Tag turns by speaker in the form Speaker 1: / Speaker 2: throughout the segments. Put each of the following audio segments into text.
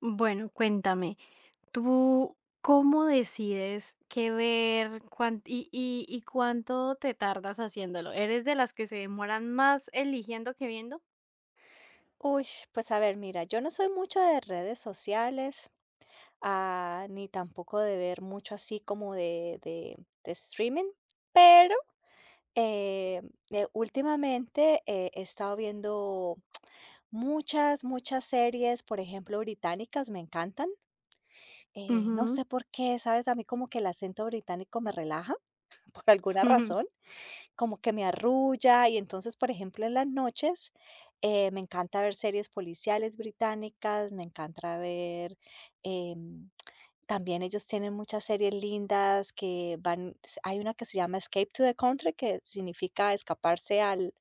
Speaker 1: Bueno, cuéntame, ¿tú cómo decides qué ver y cuánto te tardas haciéndolo? ¿Eres de las que se demoran más eligiendo que viendo?
Speaker 2: Uy, pues a ver, mira, yo no soy mucho de redes sociales, ah, ni tampoco de ver mucho así como de streaming, pero eh, últimamente he estado viendo muchas, muchas series, por ejemplo, británicas, me encantan. No
Speaker 1: Ujú.
Speaker 2: sé por qué, ¿sabes? A mí como que el acento británico me relaja por alguna razón. Como que me arrulla y entonces, por ejemplo, en las noches me encanta ver series policiales británicas, me encanta ver, em, también ellos tienen muchas series lindas que van, hay una que se llama Escape to the Country, que significa escaparse al,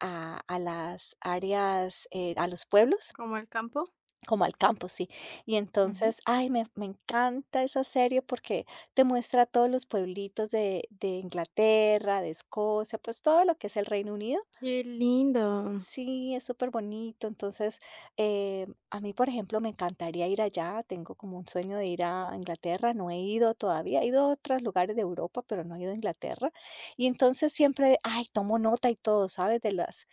Speaker 2: a las áreas, a los pueblos.
Speaker 1: Como el campo.
Speaker 2: Como al campo, sí. Y
Speaker 1: Ujú.
Speaker 2: entonces, ay, me encanta esa serie porque te muestra todos los pueblitos de Inglaterra, de Escocia, pues todo lo que es el Reino Unido.
Speaker 1: Qué lindo.
Speaker 2: Sí, es súper bonito. Entonces, a mí, por ejemplo, me encantaría ir allá. Tengo como un sueño de ir a Inglaterra. No he ido todavía. He ido a otros lugares de Europa, pero no he ido a Inglaterra. Y entonces siempre, ay, tomo nota y todo, ¿sabes? De las,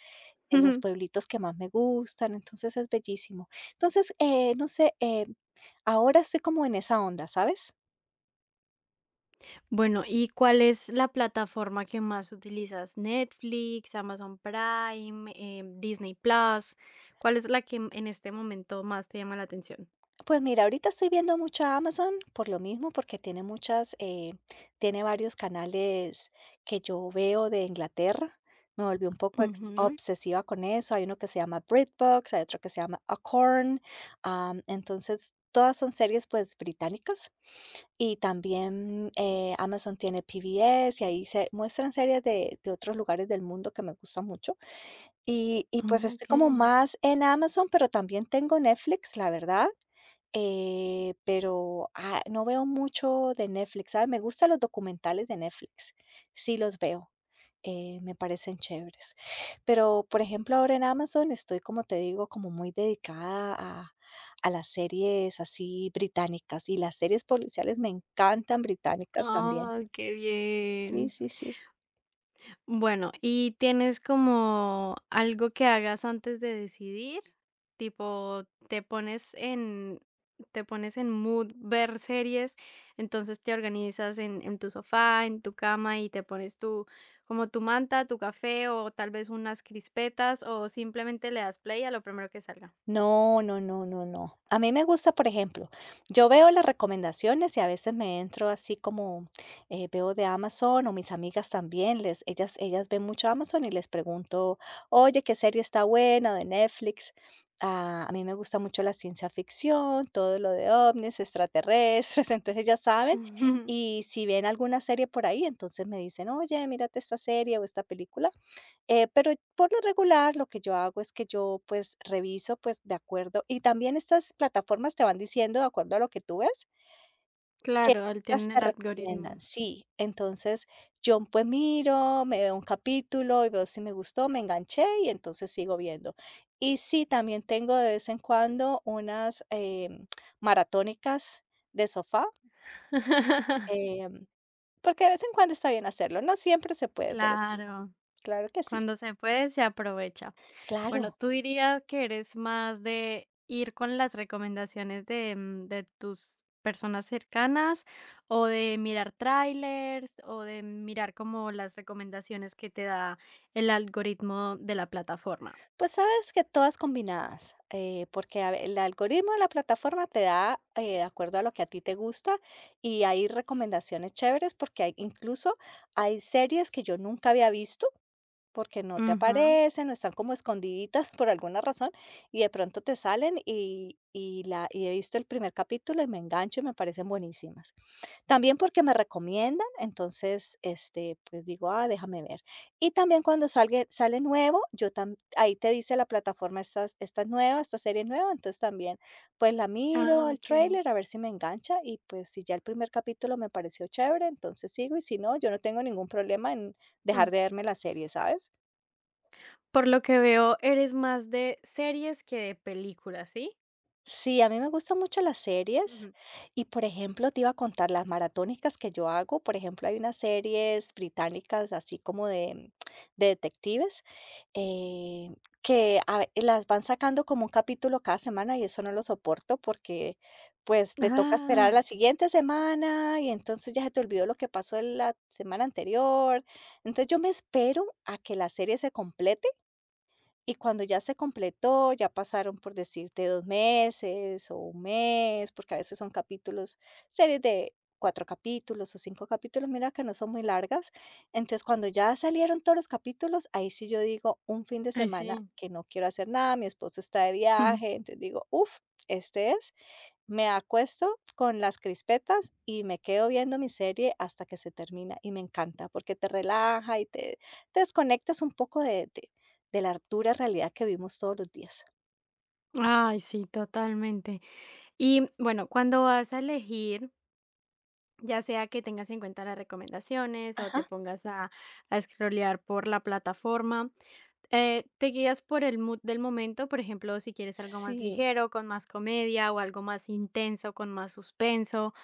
Speaker 2: de los pueblitos que más me gustan. Entonces es bellísimo. Entonces, no sé, ahora estoy como en esa onda, ¿sabes?
Speaker 1: Bueno, ¿y cuál es la plataforma que más utilizas? Netflix, Amazon Prime, Disney Plus. ¿Cuál es la que en este momento más te llama la atención?
Speaker 2: Pues mira, ahorita estoy viendo mucha Amazon por lo mismo, porque tiene varios canales que yo veo de Inglaterra. Me volví un poco
Speaker 1: Ujú.
Speaker 2: obsesiva con eso. Hay uno que se llama BritBox, hay otro que se llama Acorn. Entonces, todas son series pues británicas. Y también Amazon tiene PBS y ahí se muestran series de otros lugares del mundo que me gustan mucho. Y
Speaker 1: Ah,
Speaker 2: pues estoy
Speaker 1: ok.
Speaker 2: como más en Amazon, pero también tengo Netflix, la verdad, pero, ah, no veo mucho de Netflix, ¿sabes? Me gustan los documentales de Netflix, sí los veo, me parecen chéveres. Pero, por ejemplo, ahora en Amazon estoy, como te digo, como muy dedicada a las series así británicas, y las series policiales me encantan, británicas también.
Speaker 1: Oh, qué
Speaker 2: Sí,
Speaker 1: bien.
Speaker 2: sí, sí.
Speaker 1: Bueno, ¿y tienes como algo que hagas antes de decidir? Tipo, te pones en mood ver series, entonces te organizas en tu sofá, en tu cama y te pones tu, como tu manta, tu café o tal vez unas crispetas o simplemente le das play a lo primero que salga.
Speaker 2: No, no, no, no, no. A mí me gusta, por ejemplo, yo veo las recomendaciones y a veces me entro así como veo de Amazon o mis amigas también, ellas ven mucho Amazon y les pregunto, oye, ¿qué serie está buena o de Netflix? Ah, a mí me gusta mucho la ciencia ficción, todo lo de ovnis, extraterrestres, entonces ya saben. Y si ven alguna serie por ahí, entonces me dicen, oye, mírate esta serie o esta película. Pero por lo regular, lo que yo hago es que yo, pues, reviso, pues, de acuerdo y también estas plataformas te van diciendo, de acuerdo a lo que tú ves, que
Speaker 1: Claro, él
Speaker 2: otras
Speaker 1: tiene
Speaker 2: te
Speaker 1: el
Speaker 2: recomiendan.
Speaker 1: algoritmo.
Speaker 2: Sí, entonces yo, pues, miro, me veo un capítulo y veo si me gustó, me enganché y entonces sigo viendo. Y sí, también tengo de vez en cuando unas maratónicas de sofá, em, porque de vez en cuando está bien hacerlo. No siempre se puede, pero sí,
Speaker 1: Claro.
Speaker 2: claro que sí.
Speaker 1: Cuando se puede, se aprovecha. Bueno,
Speaker 2: Claro.
Speaker 1: ¿tú dirías que eres más de ir con las recomendaciones de, mm, de tus personas cercanas o de mirar trailers o de mirar como las recomendaciones que te da el algoritmo de la plataforma?
Speaker 2: Pues sabes que todas combinadas, porque el algoritmo de la plataforma te da de acuerdo a lo que a ti te gusta y hay recomendaciones chéveres porque incluso hay series que yo nunca había visto porque no te
Speaker 1: Ujú.
Speaker 2: aparecen o están como escondiditas por alguna razón y de pronto te salen y he visto el primer capítulo y me engancho y me parecen buenísimas. También porque me recomiendan, entonces, este, pues digo, ah, déjame ver. Y también cuando sale nuevo, ahí te dice la plataforma, esta es nueva, esta serie es nueva, entonces también, pues la miro,
Speaker 1: Ah,
Speaker 2: el
Speaker 1: ok.
Speaker 2: tráiler, a ver si me engancha y pues si ya el primer capítulo me pareció chévere, entonces sigo y si no, yo no tengo ningún problema en
Speaker 1: Mm.
Speaker 2: dejar de verme la serie, ¿sabes?
Speaker 1: Por lo que veo, eres más de series que de películas, ¿sí?
Speaker 2: Sí, a mí me gustan mucho las series
Speaker 1: Ujú.
Speaker 2: y, por ejemplo, te iba a contar las maratónicas que yo hago. Por ejemplo, hay unas series británicas así como de detectives, eh, las van sacando como un capítulo cada semana y eso no lo soporto porque pues te toca esperar a
Speaker 1: Ay,
Speaker 2: la siguiente semana y entonces ya se te olvidó lo que pasó en la semana anterior. Entonces yo me espero a que la serie se complete y cuando ya se completó, ya pasaron, por decirte, 2 meses o un mes, porque a veces son capítulos, series de 4 capítulos o 5 capítulos, mira que no son muy largas. Entonces, cuando ya salieron todos los capítulos, ahí sí yo digo, un fin de
Speaker 1: ay,
Speaker 2: semana
Speaker 1: sí.
Speaker 2: que no quiero hacer nada, mi esposo está de
Speaker 1: Ujú.
Speaker 2: viaje, entonces digo: "uff, este es". Me acuesto con las crispetas y me quedo viendo mi serie hasta que se termina y me encanta porque te relaja y te desconectas un poco de la dura realidad que vivimos todos los días.
Speaker 1: Ay, sí, totalmente. Y bueno, cuando vas a elegir, ya sea que tengas en cuenta las recomendaciones o
Speaker 2: Ajá.
Speaker 1: a scrollear por la plataforma, ¿te guías por el mood del momento? Por ejemplo, si quieres algo más
Speaker 2: Sí,
Speaker 1: ligero, con más comedia, o algo más intenso, con más suspenso,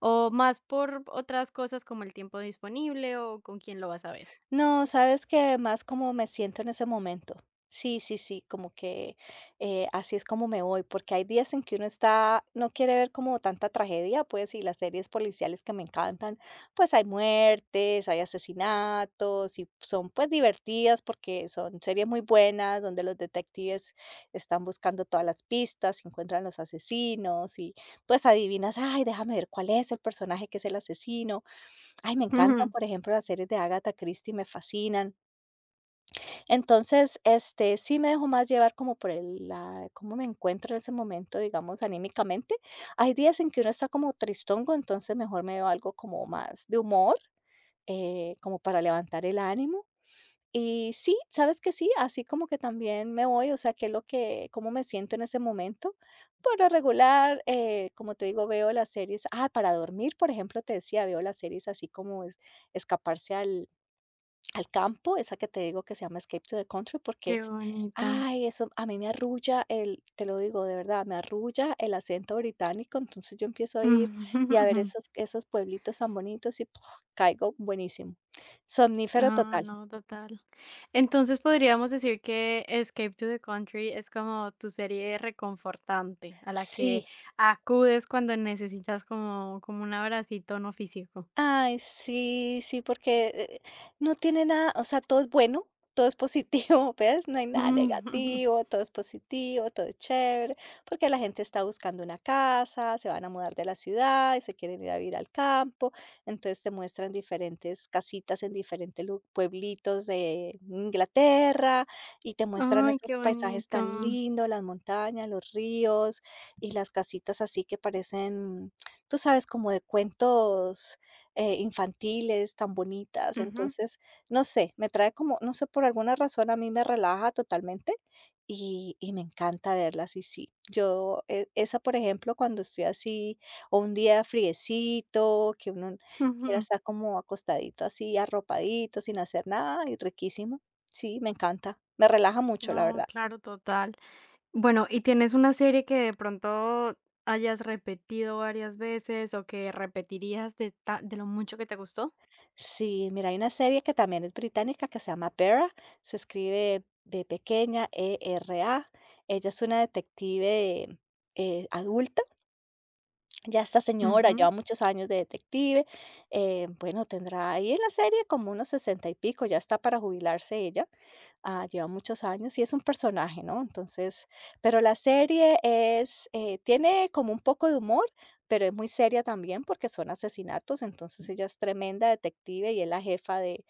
Speaker 1: o más por otras cosas como el tiempo disponible o con quién lo vas a ver.
Speaker 2: no, sabes que más como me siento en ese momento. Sí, sí, sí, como que así es como me voy, porque hay días en que uno está, no quiere ver como tanta tragedia, pues, y las series policiales que me encantan, pues hay muertes, hay asesinatos, y son pues divertidas porque son series muy buenas, donde los detectives están buscando todas las pistas, encuentran los asesinos, y pues adivinas, ay, déjame ver cuál es el personaje que es el asesino. Ay, me encantan, por ejemplo, las series de Agatha Christie, me fascinan. Entonces, este, sí me dejo más llevar como por el la cómo me encuentro en ese momento, digamos, anímicamente. Hay días en que uno está como tristongo, entonces mejor me veo algo como más de humor, como para levantar el ánimo. Y sí, sabes que sí, así como que también me voy, o sea, qué es lo que, cómo me siento en ese momento. Por lo regular, como te digo, veo las series, ah, para dormir, por ejemplo, te decía, veo las series así como escaparse al, al campo, esa que te digo que se llama Escape to the Country, porque,
Speaker 1: Qué bonito.
Speaker 2: ay, eso a mí me arrulla te lo digo de verdad, me arrulla el acento británico, entonces yo empiezo a ir y a ver esos pueblitos tan bonitos y ¡puf! Caigo buenísimo. Somnífero
Speaker 1: No,
Speaker 2: total.
Speaker 1: no, total. Entonces podríamos decir que Escape to the Country es como tu serie reconfortante a la que
Speaker 2: Sí.
Speaker 1: acudes cuando necesitas como, como un abracito no físico.
Speaker 2: Ay, sí, sí, porque, no tiene nada, o sea, todo es bueno, todo es positivo, ¿ves? No hay nada negativo, todo es positivo, todo es chévere, porque la gente está buscando una casa, se van a mudar de la ciudad y se quieren ir a vivir al campo, entonces te muestran diferentes casitas en diferentes pueblitos de Inglaterra y te muestran
Speaker 1: Ay,
Speaker 2: estos
Speaker 1: qué
Speaker 2: paisajes tan
Speaker 1: bonito.
Speaker 2: lindos, las montañas, los ríos y las casitas así que parecen, tú sabes, como de cuentos, infantiles tan bonitas.
Speaker 1: Ujú,
Speaker 2: Entonces, no sé, me trae como, no sé, por alguna razón a mí me relaja totalmente y me encanta verlas. Y sí, esa, por ejemplo, cuando estoy así, o un día friecito, que uno quiera
Speaker 1: ujú.
Speaker 2: estar como acostadito así, arropadito, sin hacer nada, y riquísimo. Sí, me encanta. Me relaja mucho, la
Speaker 1: No,
Speaker 2: verdad.
Speaker 1: claro, total. Bueno, ¿y tienes una serie que de pronto hayas repetido varias veces o que repetirías de, de lo mucho que te gustó?
Speaker 2: Sí, mira, hay una serie que también es británica que se llama Vera, se escribe B pequeña, E-R-A. Ella es una detective adulta, ya esta señora lleva
Speaker 1: Ujú,
Speaker 2: muchos años de detective. Bueno, tendrá ahí en la serie como unos 60 y pico, ya está para jubilarse ella, ah, lleva muchos años y es un personaje, ¿no? Entonces, pero la serie es, tiene como un poco de humor, pero es muy seria también porque son asesinatos, entonces ella es tremenda detective y es la jefa de,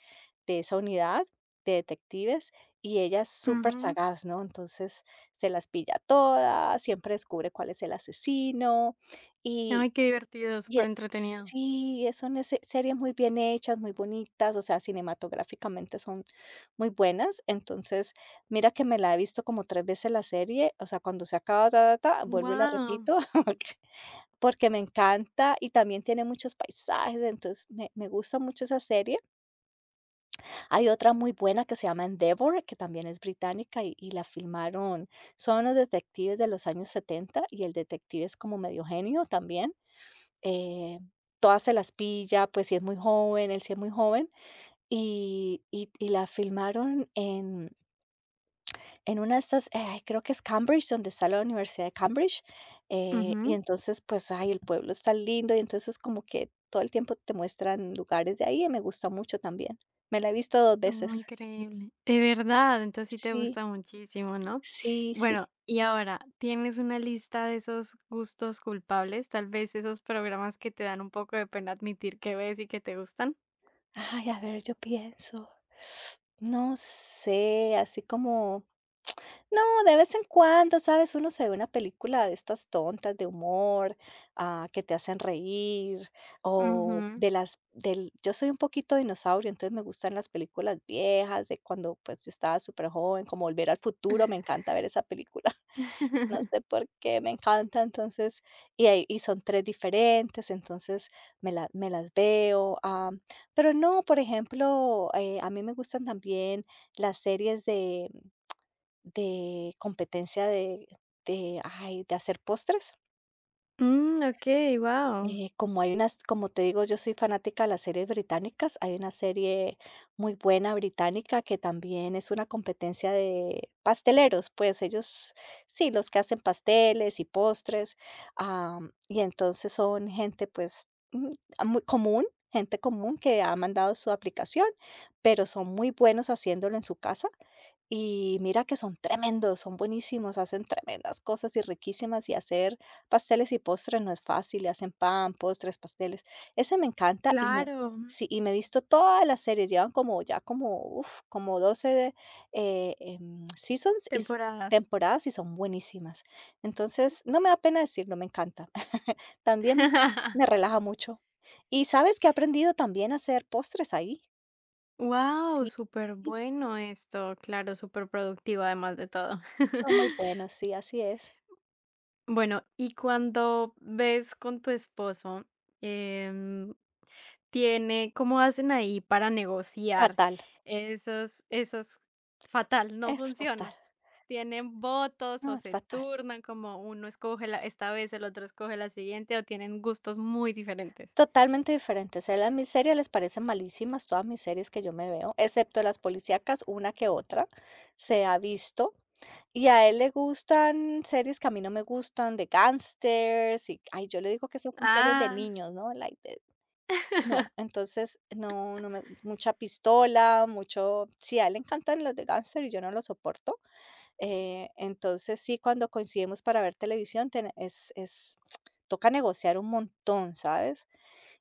Speaker 2: de esa unidad de detectives y ella es súper
Speaker 1: ujú.
Speaker 2: sagaz, ¿no? Entonces se las pilla todas, siempre descubre cuál es el asesino. y
Speaker 1: Ay, qué divertido, súper entretenido.
Speaker 2: sí, son ese series muy bien hechas, muy bonitas, o sea, cinematográficamente son muy buenas. Entonces, mira que me la he visto como 3 veces la serie, o sea, cuando se acaba, ta, ta, ta, vuelvo y la
Speaker 1: Wow,
Speaker 2: repito, porque me encanta y también tiene muchos paisajes, entonces me gusta mucho esa serie. Hay otra muy buena que se llama Endeavor, que también es británica y la filmaron, son los detectives de los años 70 y el detective es como medio genio también. Eh, Todas se las pilla, pues sí es muy joven, él sí es muy joven, y la filmaron en una de estas, ay, creo que es Cambridge, donde está la Universidad de Cambridge, y entonces pues, ay, el pueblo está lindo, y entonces como que todo el tiempo te muestran lugares de ahí, y me gusta mucho también. Me la he visto 2 veces.
Speaker 1: increíble. De verdad, entonces sí te
Speaker 2: Sí,
Speaker 1: gusta muchísimo, ¿no?
Speaker 2: sí, sí.
Speaker 1: Bueno, y ahora, ¿tienes una lista de esos gustos culpables? Tal vez esos programas que te dan un poco de pena admitir que ves y que te gustan.
Speaker 2: Ay, a ver, yo pienso, no sé, así como no, de vez en cuando, ¿sabes? Uno se ve una película de estas tontas de humor, ah, que te hacen reír, o
Speaker 1: Ujú.
Speaker 2: de las del yo soy un poquito dinosaurio, entonces me gustan las películas viejas de cuando, pues, yo estaba súper joven, como Volver al futuro, me encanta ver esa película. No sé por qué, me encanta. Entonces, y son 3 diferentes, entonces me las veo. Ah, pero no, por ejemplo, a mí me gustan también las series de competencia de ay, de hacer postres.
Speaker 1: Mm, okey, guau.
Speaker 2: Como hay unas, como te digo, yo soy fanática de las series británicas, hay una serie muy buena británica que también es una competencia de pasteleros, pues ellos sí, los que hacen pasteles y postres, y entonces son gente, pues, muy común, gente común que ha mandado su aplicación, pero son muy buenos haciéndolo en su casa. Y mira que son tremendos, son buenísimos, hacen tremendas cosas y riquísimas, y hacer pasteles y postres no es fácil, y hacen pan, postres, pasteles. Ese me encanta y me
Speaker 1: Claro,
Speaker 2: sí, y me he visto todas las series, llevan como ya como, uf, como 12, seasons y s
Speaker 1: temporadas.
Speaker 2: temporadas y son buenísimas. Entonces, no me da pena decirlo, me encanta. También me relaja mucho. Y ¿sabes que he aprendido también a hacer postres ahí?
Speaker 1: Wow,
Speaker 2: Sí,
Speaker 1: guau, bueno esto. Claro, súper productivo además de todo.
Speaker 2: son muy buenos, sí, así es.
Speaker 1: Bueno, y cuando ves con tu esposo, em, tiene ¿cómo hacen ahí para negociar
Speaker 2: Fatal.
Speaker 1: esos esos? Fatal, no
Speaker 2: Es fatal,
Speaker 1: funciona. ¿Tienen votos
Speaker 2: no,
Speaker 1: o
Speaker 2: es
Speaker 1: se
Speaker 2: fatal.
Speaker 1: turnan, como uno escoge la esta vez, el otro escoge la siguiente, o tienen gustos muy diferentes?
Speaker 2: Totalmente diferente, o sea, las mis series les parecen malísimas, todas mis series que yo me veo, excepto las policíacas, una que otra se ha visto, y a él le gustan series que a mí no me gustan, de gangsters y, ay, yo le digo que esas son series de
Speaker 1: Ah,
Speaker 2: niños, ¿no? Like de no, entonces no, no me mucha pistola, mucho sí, a él le encantan las de gángster y yo no lo soporto. Entonces sí, cuando coincidimos para ver televisión, toca negociar un montón, ¿sabes?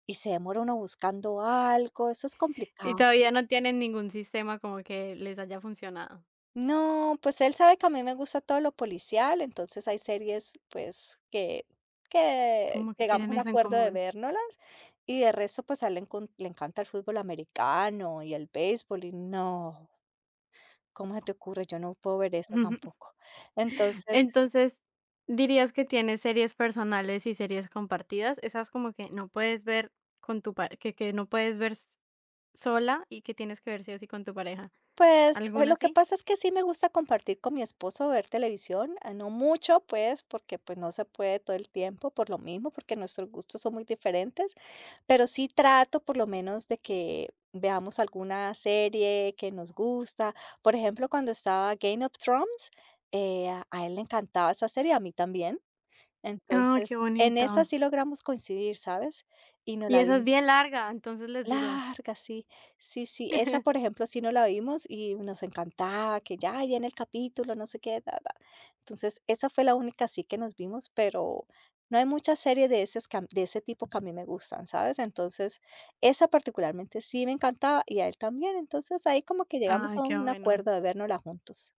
Speaker 2: Y se demora uno buscando algo, eso es
Speaker 1: y
Speaker 2: complicado.
Speaker 1: todavía no tienen ningún sistema como que les haya funcionado.
Speaker 2: No, pues él sabe que a mí me gusta todo lo policial, entonces hay series pues que
Speaker 1: ¿Como que
Speaker 2: llegamos a
Speaker 1: tienen
Speaker 2: un
Speaker 1: eso en
Speaker 2: acuerdo de
Speaker 1: común?
Speaker 2: vernoslas, y de resto pues a él le, le encanta el fútbol americano y el béisbol y no, ¿cómo se te ocurre? Yo no puedo ver eso tampoco. Entonces
Speaker 1: Entonces, ¿dirías que tienes series personales y series compartidas? Esas como que no puedes ver con tu pare que no puedes ver s sola y que tienes que ver sí o sí con tu pareja,
Speaker 2: pues,
Speaker 1: ¿alguna
Speaker 2: lo que
Speaker 1: así?
Speaker 2: pasa es que sí me gusta compartir con mi esposo, ver televisión, ah, no mucho, pues, porque, pues, no se puede todo el tiempo por lo mismo, porque nuestros gustos son muy diferentes, pero sí trato por lo menos de que veamos alguna serie que nos gusta. Por ejemplo, cuando estaba Game of Thrones, a él le encantaba esa serie, a mí también.
Speaker 1: Ah,
Speaker 2: Entonces,
Speaker 1: qué
Speaker 2: en esa
Speaker 1: bonito.
Speaker 2: sí logramos coincidir, ¿sabes? Y nos
Speaker 1: Y
Speaker 2: la
Speaker 1: esa es
Speaker 2: vimos.
Speaker 1: bien larga, entonces les duró.
Speaker 2: Larga, sí. Sí, sí, esa, por ejemplo, sí no la vimos y nos encantaba, que ya viene el capítulo, no sé qué, ta, ta. Entonces, esa fue la única así que nos vimos, pero no hay muchas series de ese tipo que a mí me gustan, ¿sabes? Entonces, esa particularmente sí me encantaba y a él también. Entonces, ahí como que llegamos
Speaker 1: Ay,
Speaker 2: a
Speaker 1: qué
Speaker 2: un
Speaker 1: bueno.
Speaker 2: acuerdo de vernosla juntos.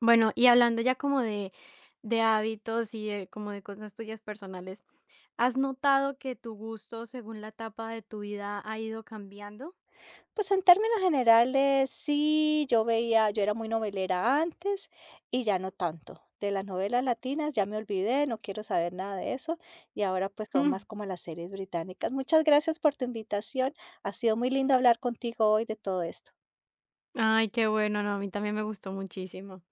Speaker 1: Bueno, y hablando ya como de hábitos y de como de cosas tuyas personales, ¿has notado que tu gusto según la etapa de tu vida ha ido cambiando?
Speaker 2: Pues en términos generales, sí, yo veía, yo era muy novelera antes y ya no tanto. De las novelas latinas ya me olvidé, no quiero saber nada de eso, y ahora pues son más como las series británicas. Muchas gracias por tu invitación, ha sido muy lindo hablar contigo hoy de todo esto.
Speaker 1: Ay, qué bueno, no, a mí también me gustó muchísimo.